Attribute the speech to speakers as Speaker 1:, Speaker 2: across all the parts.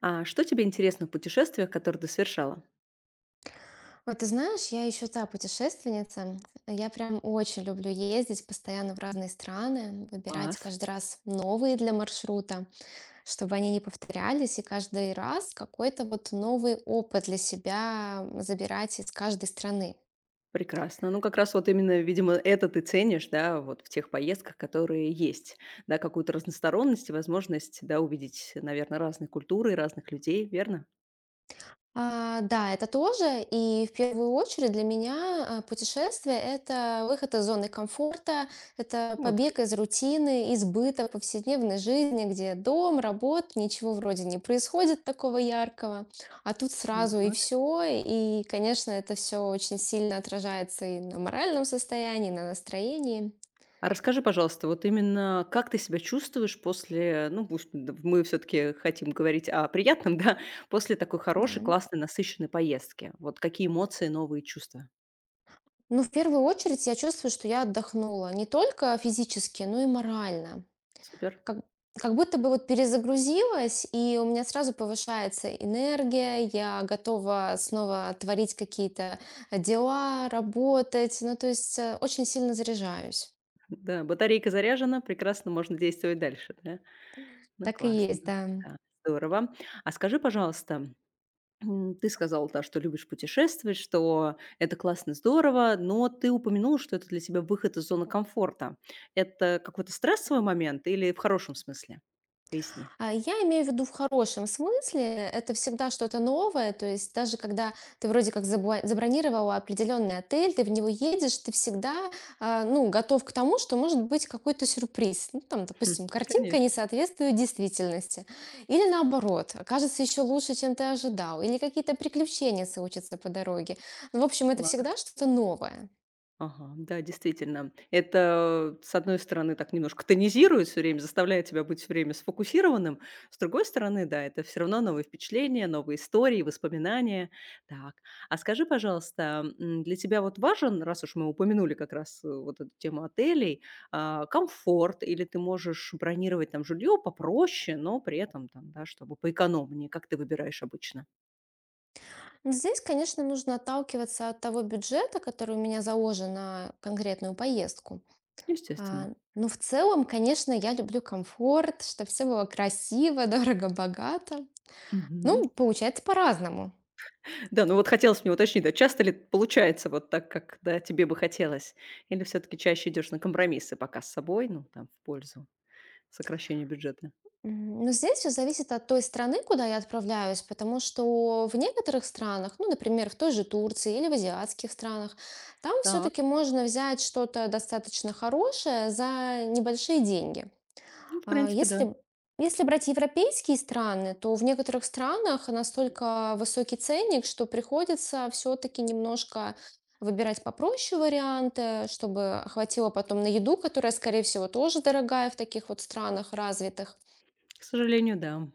Speaker 1: А что тебе интересно в путешествиях, которые ты совершала?
Speaker 2: Вот ты знаешь, я еще та путешественница. Я прям очень люблю ездить постоянно в разные страны, выбирать
Speaker 1: Класс,
Speaker 2: каждый раз новые для маршрута, чтобы они не повторялись, и каждый раз какой-то вот новый опыт для себя забирать из каждой страны.
Speaker 1: прекрасно. Ну, как раз вот именно, видимо, это ты ценишь, да, вот в тех поездках, которые есть, да, какую-то разносторонность и возможность, да, увидеть, наверное, разные культуры, разных людей, верно?
Speaker 2: Да, это тоже. И в первую очередь для меня путешествие– это выход из зоны комфорта, это
Speaker 1: Ну, вот как.
Speaker 2: побег из рутины, из быта повседневной жизни, где дом, работа, ничего вроде не происходит такого яркого, а тут сразу и
Speaker 1: Так.
Speaker 2: все. И, конечно, это все очень сильно отражается и на моральном состоянии, и на настроении.
Speaker 1: А расскажи, пожалуйста, вот именно как ты себя чувствуешь после, ну, пусть мы все-таки хотим говорить о приятном, да, после такой
Speaker 2: Да.
Speaker 1: хорошей, классной, насыщенной поездки. Вот какие эмоции, новые чувства?
Speaker 2: Ну, в первую очередь я чувствую, что я отдохнула не только физически, но и морально.
Speaker 1: Супер.
Speaker 2: Как как будто бы вот перезагрузилась, и у меня сразу повышается энергия, я готова снова творить какие-то дела, работать. Ну, то есть очень сильно заряжаюсь.
Speaker 1: Да, батарейка заряжена, прекрасно, можно действовать дальше, да? Ну,
Speaker 2: Так и
Speaker 1: классно,
Speaker 2: есть, да.
Speaker 1: да, здорово. А скажи, пожалуйста, ты сказал, да, что любишь путешествовать, что это классно, здорово, но ты упомянул, что это для тебя выход из зоны комфорта. Это какой-то стрессовый момент или в хорошем смысле? Поясни.
Speaker 2: Я имею в виду в хорошем смысле, это всегда что-то новое, то есть даже когда ты вроде как забронировала определенный отель, ты в него едешь, ты всегда ну, готов к тому, что может быть какой-то сюрприз. Ну, там,
Speaker 1: Хм,
Speaker 2: допустим, картинка не
Speaker 1: конечно,
Speaker 2: соответствует действительности. Или наоборот, окажется еще лучше, чем ты ожидал. Или какие-то приключения случатся по дороге. Ну, в общем, это
Speaker 1: класс.
Speaker 2: всегда что-то новое.
Speaker 1: Ага, да, действительно. Это, с одной стороны, так немножко тонизирует все время, заставляет тебя быть все время сфокусированным. С другой стороны, да, это все равно новые впечатления, новые истории, воспоминания. Так, а скажи, пожалуйста, для тебя вот важен, раз уж мы упомянули как раз, вот эту тему отелей, а, комфорт, или ты можешь бронировать там жилье попроще, но при этом там, да, чтобы поэкономнее? Как ты выбираешь обычно?
Speaker 2: Но здесь, конечно, нужно отталкиваться от того бюджета, который у меня заложен на конкретную поездку. А,
Speaker 1: Естественно.
Speaker 2: ну, в целом, конечно, я люблю комфорт, чтобы все было красиво, дорого, богато.
Speaker 1: Мгм.
Speaker 2: Ну, получается по-разному.
Speaker 1: Да, ну вот хотелось мне уточнить, да, часто ли получается вот так, как, да, тебе бы хотелось? Или все таки чаще идешь на компромиссы пока с собой, ну, там, в пользу сокращения бюджета?
Speaker 2: Но здесь все зависит от той страны, куда я отправляюсь, потому что в некоторых странах, ну, например, в той же Турции или в азиатских странах, там
Speaker 1: Так,
Speaker 2: все-таки можно взять что-то достаточно хорошее за небольшие деньги.
Speaker 1: ну, в
Speaker 2: А,
Speaker 1: принципе, да.
Speaker 2: Если, если брать европейские страны, то в некоторых странах настолько высокий ценник, что приходится все-таки немножко выбирать попроще варианты, чтобы хватило потом на еду, которая, скорее всего, тоже дорогая в таких вот странах развитых.
Speaker 1: К сожалению, да.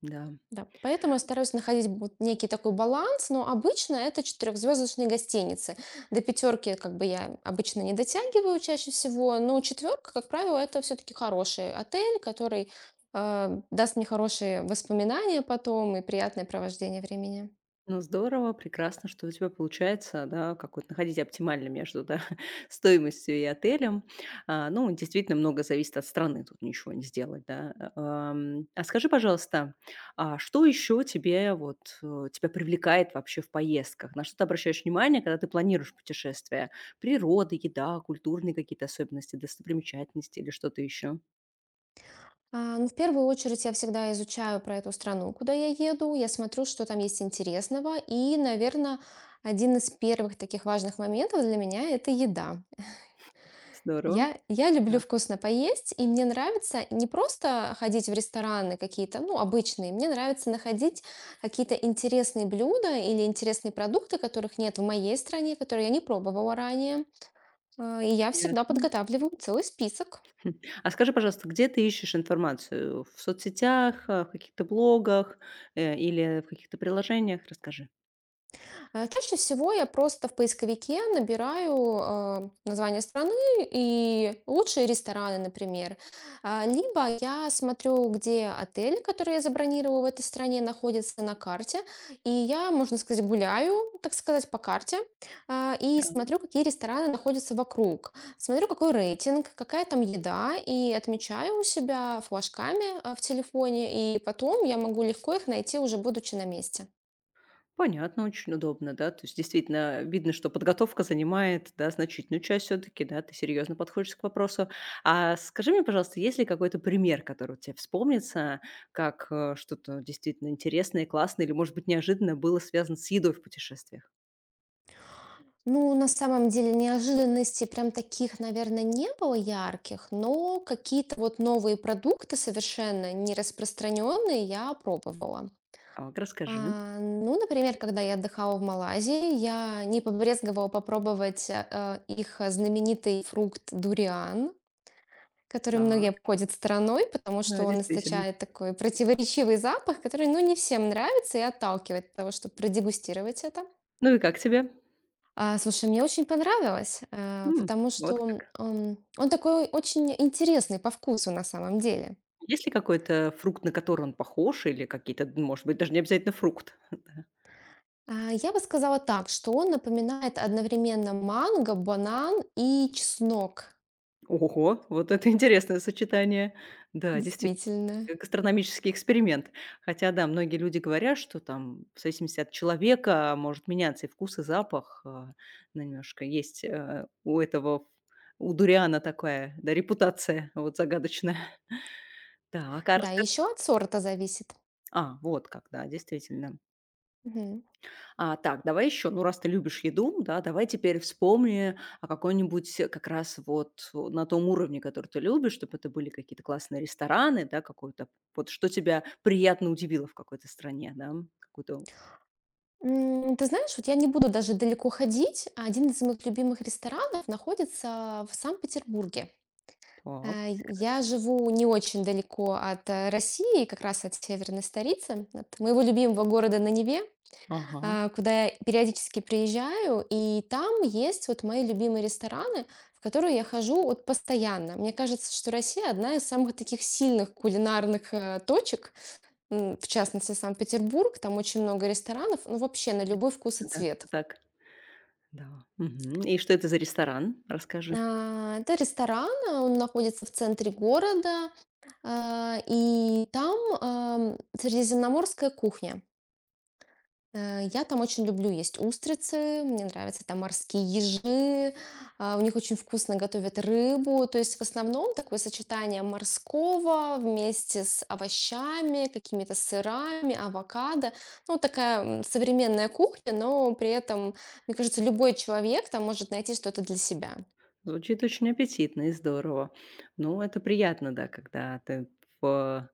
Speaker 1: Да.
Speaker 2: Да, поэтому я стараюсь находить вот некий такой баланс, но обычно это четырехзвездочные гостиницы. До пятерки как бы я обычно не дотягиваю чаще всего, но четверка, как правило, это все-таки хороший отель, который даст мне хорошие воспоминания потом и приятное провождение времени.
Speaker 1: Ну, здорово, прекрасно, что у тебя получается, да, как вот находить оптимально между, да, стоимостью и отелем. А, ну, действительно, много зависит от страны, тут ничего не сделать, да. А скажи, пожалуйста, а что еще тебя привлекает вообще в поездках? На что ты обращаешь внимание, когда ты планируешь путешествие? Природа, еда, культурные какие-то особенности, достопримечательности или что-то еще?
Speaker 2: Ну, в первую очередь я всегда изучаю про эту страну, куда я еду, я смотрю, что там есть интересного, и, наверное, один из первых таких важных моментов для меня– это еда.
Speaker 1: Здорово.
Speaker 2: Я люблю
Speaker 1: А,
Speaker 2: вкусно поесть, и мне нравится не просто ходить в рестораны какие-то, ну, обычные. Мне нравится находить какие-то интересные блюда или интересные продукты, которых нет в моей стране, которые я не пробовала ранее. И я всегда
Speaker 1: ясно.
Speaker 2: подготавливаю целый список.
Speaker 1: М. А скажи, пожалуйста, где ты ищешь информацию? В соцсетях, а, в каких-то блогах, или в каких-то приложениях? Расскажи.
Speaker 2: Чаще всего я просто в поисковике набираю, название страны и лучшие рестораны, например. Либо я смотрю, где отели, которые я забронировала в этой стране, находятся на карте. И я, можно сказать, гуляю, так сказать, по карте, и
Speaker 1: Да.
Speaker 2: смотрю, какие рестораны находятся вокруг. Смотрю, какой рейтинг, какая там еда, и отмечаю у себя флажками, в телефоне, и потом я могу легко их найти, уже будучи на месте.
Speaker 1: Понятно, очень удобно, да. То есть действительно видно, что подготовка занимает, да, значительную часть, все таки да, ты серьезно подходишь к вопросу. А скажи мне, пожалуйста, есть ли какой-то пример, который тебе вспомнится, как, э, что-то действительно интересное, классное или, может быть, неожиданно было связано с едой в путешествиях?
Speaker 2: Ну, на самом деле неожиданностей прям таких, наверное, не было ярких, но какие-то вот новые продукты совершенно не распространенные я пробовала.
Speaker 1: Так, расскажи.
Speaker 2: Ну, например, когда я отдыхала в Малайзии, я не побрезговала попробовать их знаменитый фрукт дуриан, который многие
Speaker 1: Так,
Speaker 2: обходят стороной, потому что
Speaker 1: да,
Speaker 2: он
Speaker 1: действительно.
Speaker 2: источает такой противоречивый запах, который, ну, не всем нравится и отталкивает от того, чтобы продегустировать это.
Speaker 1: Ну и как тебе?
Speaker 2: Слушай, мне очень понравилось,
Speaker 1: М,
Speaker 2: потому
Speaker 1: вот
Speaker 2: что
Speaker 1: как.
Speaker 2: он такой очень интересный по вкусу на самом деле.
Speaker 1: Есть ли какой-то фрукт, на который он похож, или какие-то, д может быть, даже не обязательно фрукт?
Speaker 2: Я бы сказала так, что он напоминает одновременно манго, банан и чеснок.
Speaker 1: Да. Ого, вот это интересное сочетание. Да, действительно,
Speaker 2: Действительно.
Speaker 1: э, гастрономический эксперимент. Хотя, да, многие люди говорят, что там в зависимости от человека может меняться и вкус, и запах. А, ну, немножко есть, у дуриана такая, да, репутация вот загадочная. Так, а
Speaker 2: Да, и
Speaker 1: расскажи
Speaker 2: еще
Speaker 1: про…
Speaker 2: от сорта зависит.
Speaker 1: А, вот как, да, действительно.
Speaker 2: Мгм.
Speaker 1: А, так, давай еще, ну, раз ты любишь еду, да, давай теперь вспомни о какой-нибудь э, как раз вот э, на том уровне, который ты любишь, чтобы это были какие-то классные рестораны, да, какой-то, вот что тебя приятно удивило в какой-то стране, да, какой-то,
Speaker 2: Ты знаешь, вот я не буду даже далеко ходить. Один из моих любимых ресторанов находится в Санкт-Петербурге.
Speaker 1: так,
Speaker 2: А, я
Speaker 1: прекрасно,
Speaker 2: живу не очень далеко от, России, как раз от северной столицы, от моего любимого города на Неве,
Speaker 1: ага,
Speaker 2: куда я периодически приезжаю. И там есть вот мои любимые рестораны, в которые я хожу вот постоянно. Мне кажется, что Россия- одна из самых таких сильных кулинарных, точек. В частности, Санкт-Петербург. Там очень много ресторанов, ну, вообще на любой вкус и
Speaker 1: да,
Speaker 2: цвет.
Speaker 1: так, да, мгм. И что это за ресторан? Расскажи.
Speaker 2: Это ресторан, он находится в центре города. И там средиземноморская кухня. Я там очень люблю есть устрицы, мне нравятся там морские ежи, у них очень вкусно готовят рыбу. То есть в основном такое сочетание морского вместе с овощами, какими-то сырами, авокадо. Ну, такая современная кухня, но при этом, мне кажется, любой человек там может найти что-то для себя.
Speaker 1: Звучит очень аппетитно и здорово. Ну, это приятно, да, когда ты в,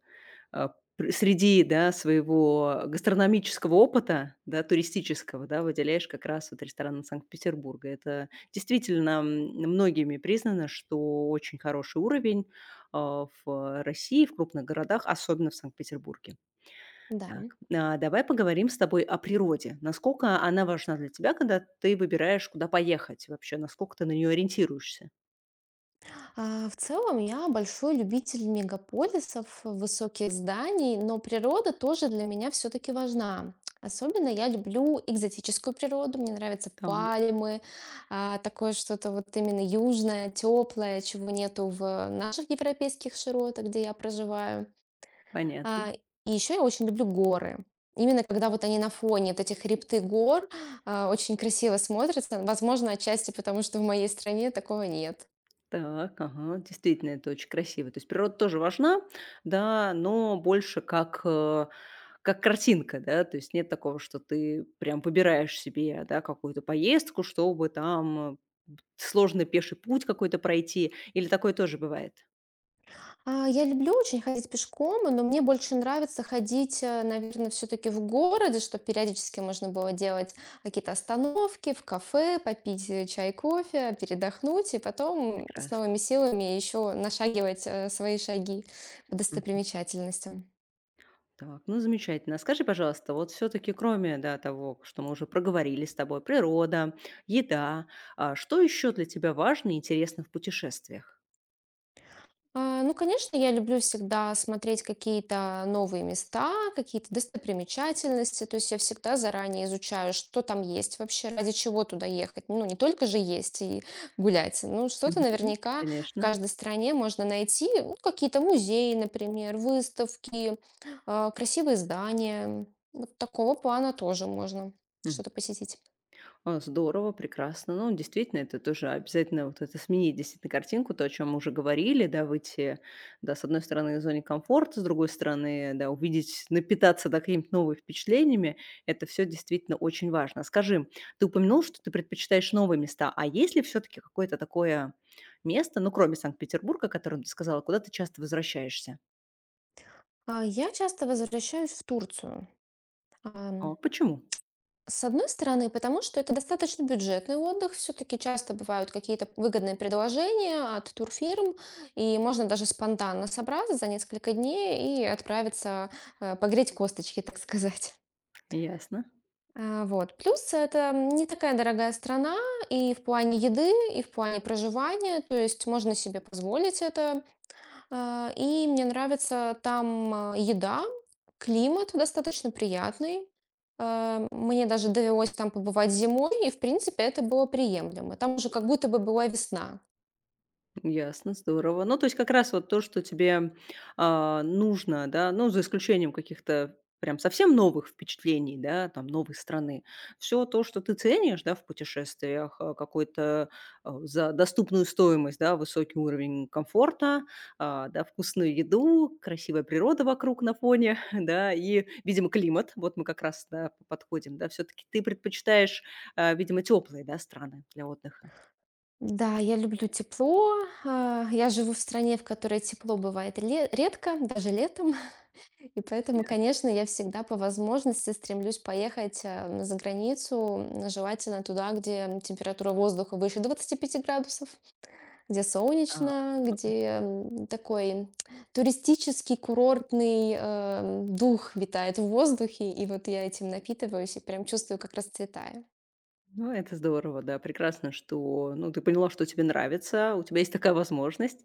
Speaker 1: а, среди, да, своего гастрономического опыта, да, туристического, да, выделяешь как раз вот рестораны Санкт-Петербурга. Это действительно, м, многими признано, что очень хороший уровень а, в России, в крупных городах, особенно в Санкт-Петербурге.
Speaker 2: Да.
Speaker 1: Так, а, давай поговорим с тобой о природе. Насколько она важна для тебя, когда ты выбираешь, куда поехать вообще, насколько ты на нее ориентируешься?
Speaker 2: В целом я большой любитель мегаполисов, высоких зданий, но природа тоже для меня все-таки важна. Особенно я люблю экзотическую природу, мне нравятся
Speaker 1: Так,
Speaker 2: пальмы, такое что-то вот именно южное, теплое, чего нету в наших европейских широтах, где я проживаю.
Speaker 1: понятно.
Speaker 2: А, и еще я очень люблю горы. Именно когда вот они на фоне вот этих хребты гор, очень красиво смотрятся. Возможно, отчасти потому, что в моей стране такого нет.
Speaker 1: Так, ага, действительно, это очень красиво. То есть природа тоже важна, да, но больше как, э, как картинка, да, то есть нет такого, что ты прям выбираешь себе, да, какую-то поездку, чтобы там сложный пеший путь какой-то пройти, или такое тоже бывает?
Speaker 2: Я люблю очень ходить пешком, но мне больше нравится ходить, наверное, все-таки в городе, чтобы периодически можно было делать какие-то остановки в кафе, попить чай, кофе, передохнуть, и потом с
Speaker 1: Прекрасно.
Speaker 2: новыми силами еще нашагивать свои шаги по
Speaker 1: Мгм.
Speaker 2: достопримечательностям.
Speaker 1: Так, ну замечательно. А скажи, пожалуйста, вот все-таки кроме да, того, что мы уже проговорили с тобой, природа, еда, а что еще для тебя важно и интересно в путешествиях?
Speaker 2: Ну, конечно, я люблю всегда смотреть какие-то новые места, какие-то достопримечательности. То есть я всегда заранее изучаю, что там есть вообще, ради чего туда ехать. Ну, не только же есть и гулять. Ну, что-то
Speaker 1: Мгм.
Speaker 2: наверняка в
Speaker 1: Конечно.
Speaker 2: каждой стране можно найти. Ну, какие-то музеи, например, выставки, красивые здания. Вот такого плана тоже можно
Speaker 1: Мгм.
Speaker 2: что-то посетить.
Speaker 1: А, здорово, прекрасно. Ну, действительно, это тоже обязательно вот это сменить действительно картинку, то, о чем мы уже говорили, да, выйти, да, с одной стороны, из зоны комфорта, с другой стороны, да, увидеть, напитаться, да, какими-то новыми впечатлениями. Это все действительно очень важно. Скажи, ты упомянул, что ты предпочитаешь новые места, а есть ли все-таки какое-то такое место, ну, кроме Санкт-Петербурга, о котором ты сказала, куда ты часто возвращаешься?
Speaker 2: Я часто возвращаюсь в Турцию.
Speaker 1: А вот почему?
Speaker 2: С одной стороны, потому что это достаточно бюджетный отдых, все-таки часто бывают какие-то выгодные предложения от турфирм, и можно даже спонтанно собраться за несколько дней и отправиться погреть косточки, так сказать.
Speaker 1: Ясно.
Speaker 2: Вот. Плюс это не такая дорогая страна и в плане еды, и в плане проживания, то есть можно себе позволить это, и мне нравится там, еда, климат достаточно приятный. Мне даже довелось там побывать зимой, и, в принципе, это было приемлемо. Там уже как будто бы была весна.
Speaker 1: Ясно, здорово. Ну, то есть как раз вот то, что тебе, а, нужно, да, ну, за исключением каких-то прям совсем новых впечатлений, да, там, новой страны. Все то, что ты ценишь, да, в путешествиях, а, какой-то, а, за доступную стоимость, да, высокий уровень комфорта, а, да, вкусную еду, красивая природа вокруг на фоне, да, и, видимо, климат. Вот мы как раз, да, подходим, да. Все таки ты предпочитаешь, а, видимо, теплые, да, страны для отдыха?
Speaker 2: Да, я люблю тепло. Я живу в стране, в которой тепло бывает редко, даже летом. И поэтому,
Speaker 1: Я,
Speaker 2: конечно, я всегда по возможности стремлюсь поехать за границу, желательно туда, где температура воздуха выше 25 градусов, где
Speaker 1: так.
Speaker 2: солнечно, где такой туристический курортный дух витает в воздухе, и вот я этим напитываюсь и прям чувствую, как расцветаю.
Speaker 1: Ну, это здорово, да, прекрасно, что, ну, ты поняла, что тебе нравится, у тебя есть такая возможность,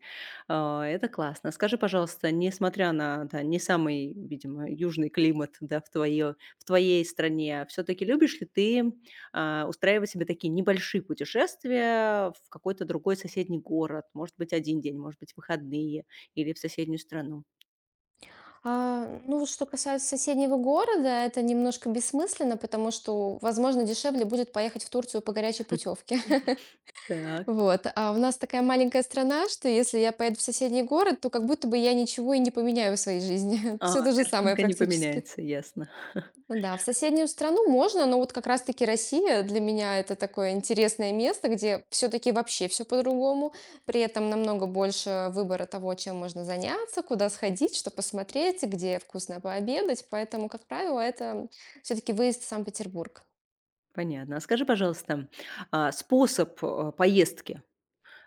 Speaker 1: а, это классно. Скажи, пожалуйста, несмотря на, да, не самый, видимо, южный климат, да, в твоей стране, все таки любишь ли ты, а, устраивать себе такие небольшие путешествия в какой-то другой соседний город? Может быть, один день, может быть, выходные или в соседнюю страну?
Speaker 2: Ну, вот что касается соседнего города, это немножко бессмысленно, потому что, возможно, дешевле будет поехать в Турцию по горячей путевке.
Speaker 1: Так.
Speaker 2: Вот, а у нас такая маленькая страна, что если я поеду в соседний город, то как будто бы я ничего и не поменяю в своей жизни.
Speaker 1: А,
Speaker 2: Все то же самое
Speaker 1: картинка не
Speaker 2: практически.
Speaker 1: поменяется, ясно.
Speaker 2: Да, в соседнюю страну можно, но вот как раз-таки Россия для меня это такое интересное место, где все-таки вообще все по-другому. При этом намного больше выбора того, чем можно заняться, куда сходить, что посмотреть, где вкусно пообедать. Поэтому, как правило, это все-таки выезд в Санкт-Петербург.
Speaker 1: Понятно. А скажи, пожалуйста, а, способ, э, поездки.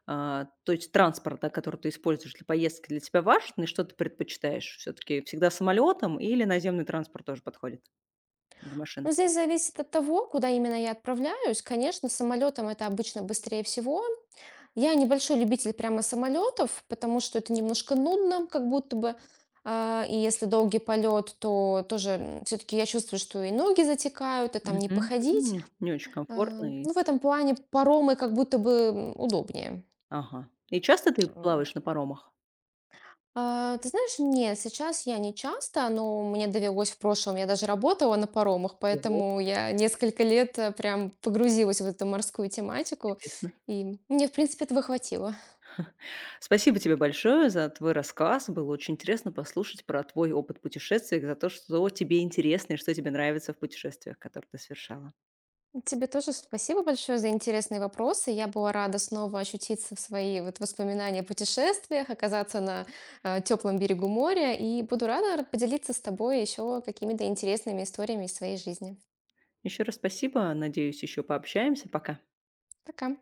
Speaker 1: А, то есть транспорт, да, который ты используешь для поездки, для тебя важен, и что ты предпочитаешь? Все таки всегда самолетом или наземный транспорт тоже подходит? Или машина?
Speaker 2: Ну, здесь зависит от того, куда именно я отправляюсь. Конечно, самолетом это обычно быстрее всего. Я небольшой любитель прямо самолетов, потому что это немножко нудно, как будто бы. И если долгий полет, то тоже все-таки я чувствую, что и ноги затекают, и там не
Speaker 1: Мгм.
Speaker 2: походить.
Speaker 1: М, не очень комфортно и…
Speaker 2: Ну, в этом плане паромы как будто бы удобнее.
Speaker 1: Ага. И часто ты
Speaker 2: Э,
Speaker 1: плаваешь на паромах?
Speaker 2: Ты знаешь, нет, сейчас я не часто, но мне довелось в прошлом, я даже работала на паромах,
Speaker 1: Ого,
Speaker 2: поэтому я несколько лет прям погрузилась в эту морскую тематику,
Speaker 1: интересно.
Speaker 2: и мне, в принципе, этого хватило.
Speaker 1: Спасибо тебе большое за твой рассказ. Было очень интересно послушать про твой опыт путешествий, за то, что тебе интересно и что тебе нравится в путешествиях, которые ты совершала.
Speaker 2: Тебе тоже спасибо большое за интересные вопросы. Я была рада снова ощутиться в свои вот воспоминания о путешествиях, оказаться на теплом берегу моря, и буду рада поделиться с тобой еще какими-то интересными историями из своей жизни.
Speaker 1: Еще раз спасибо. Надеюсь, еще пообщаемся. Пока.
Speaker 2: Пока.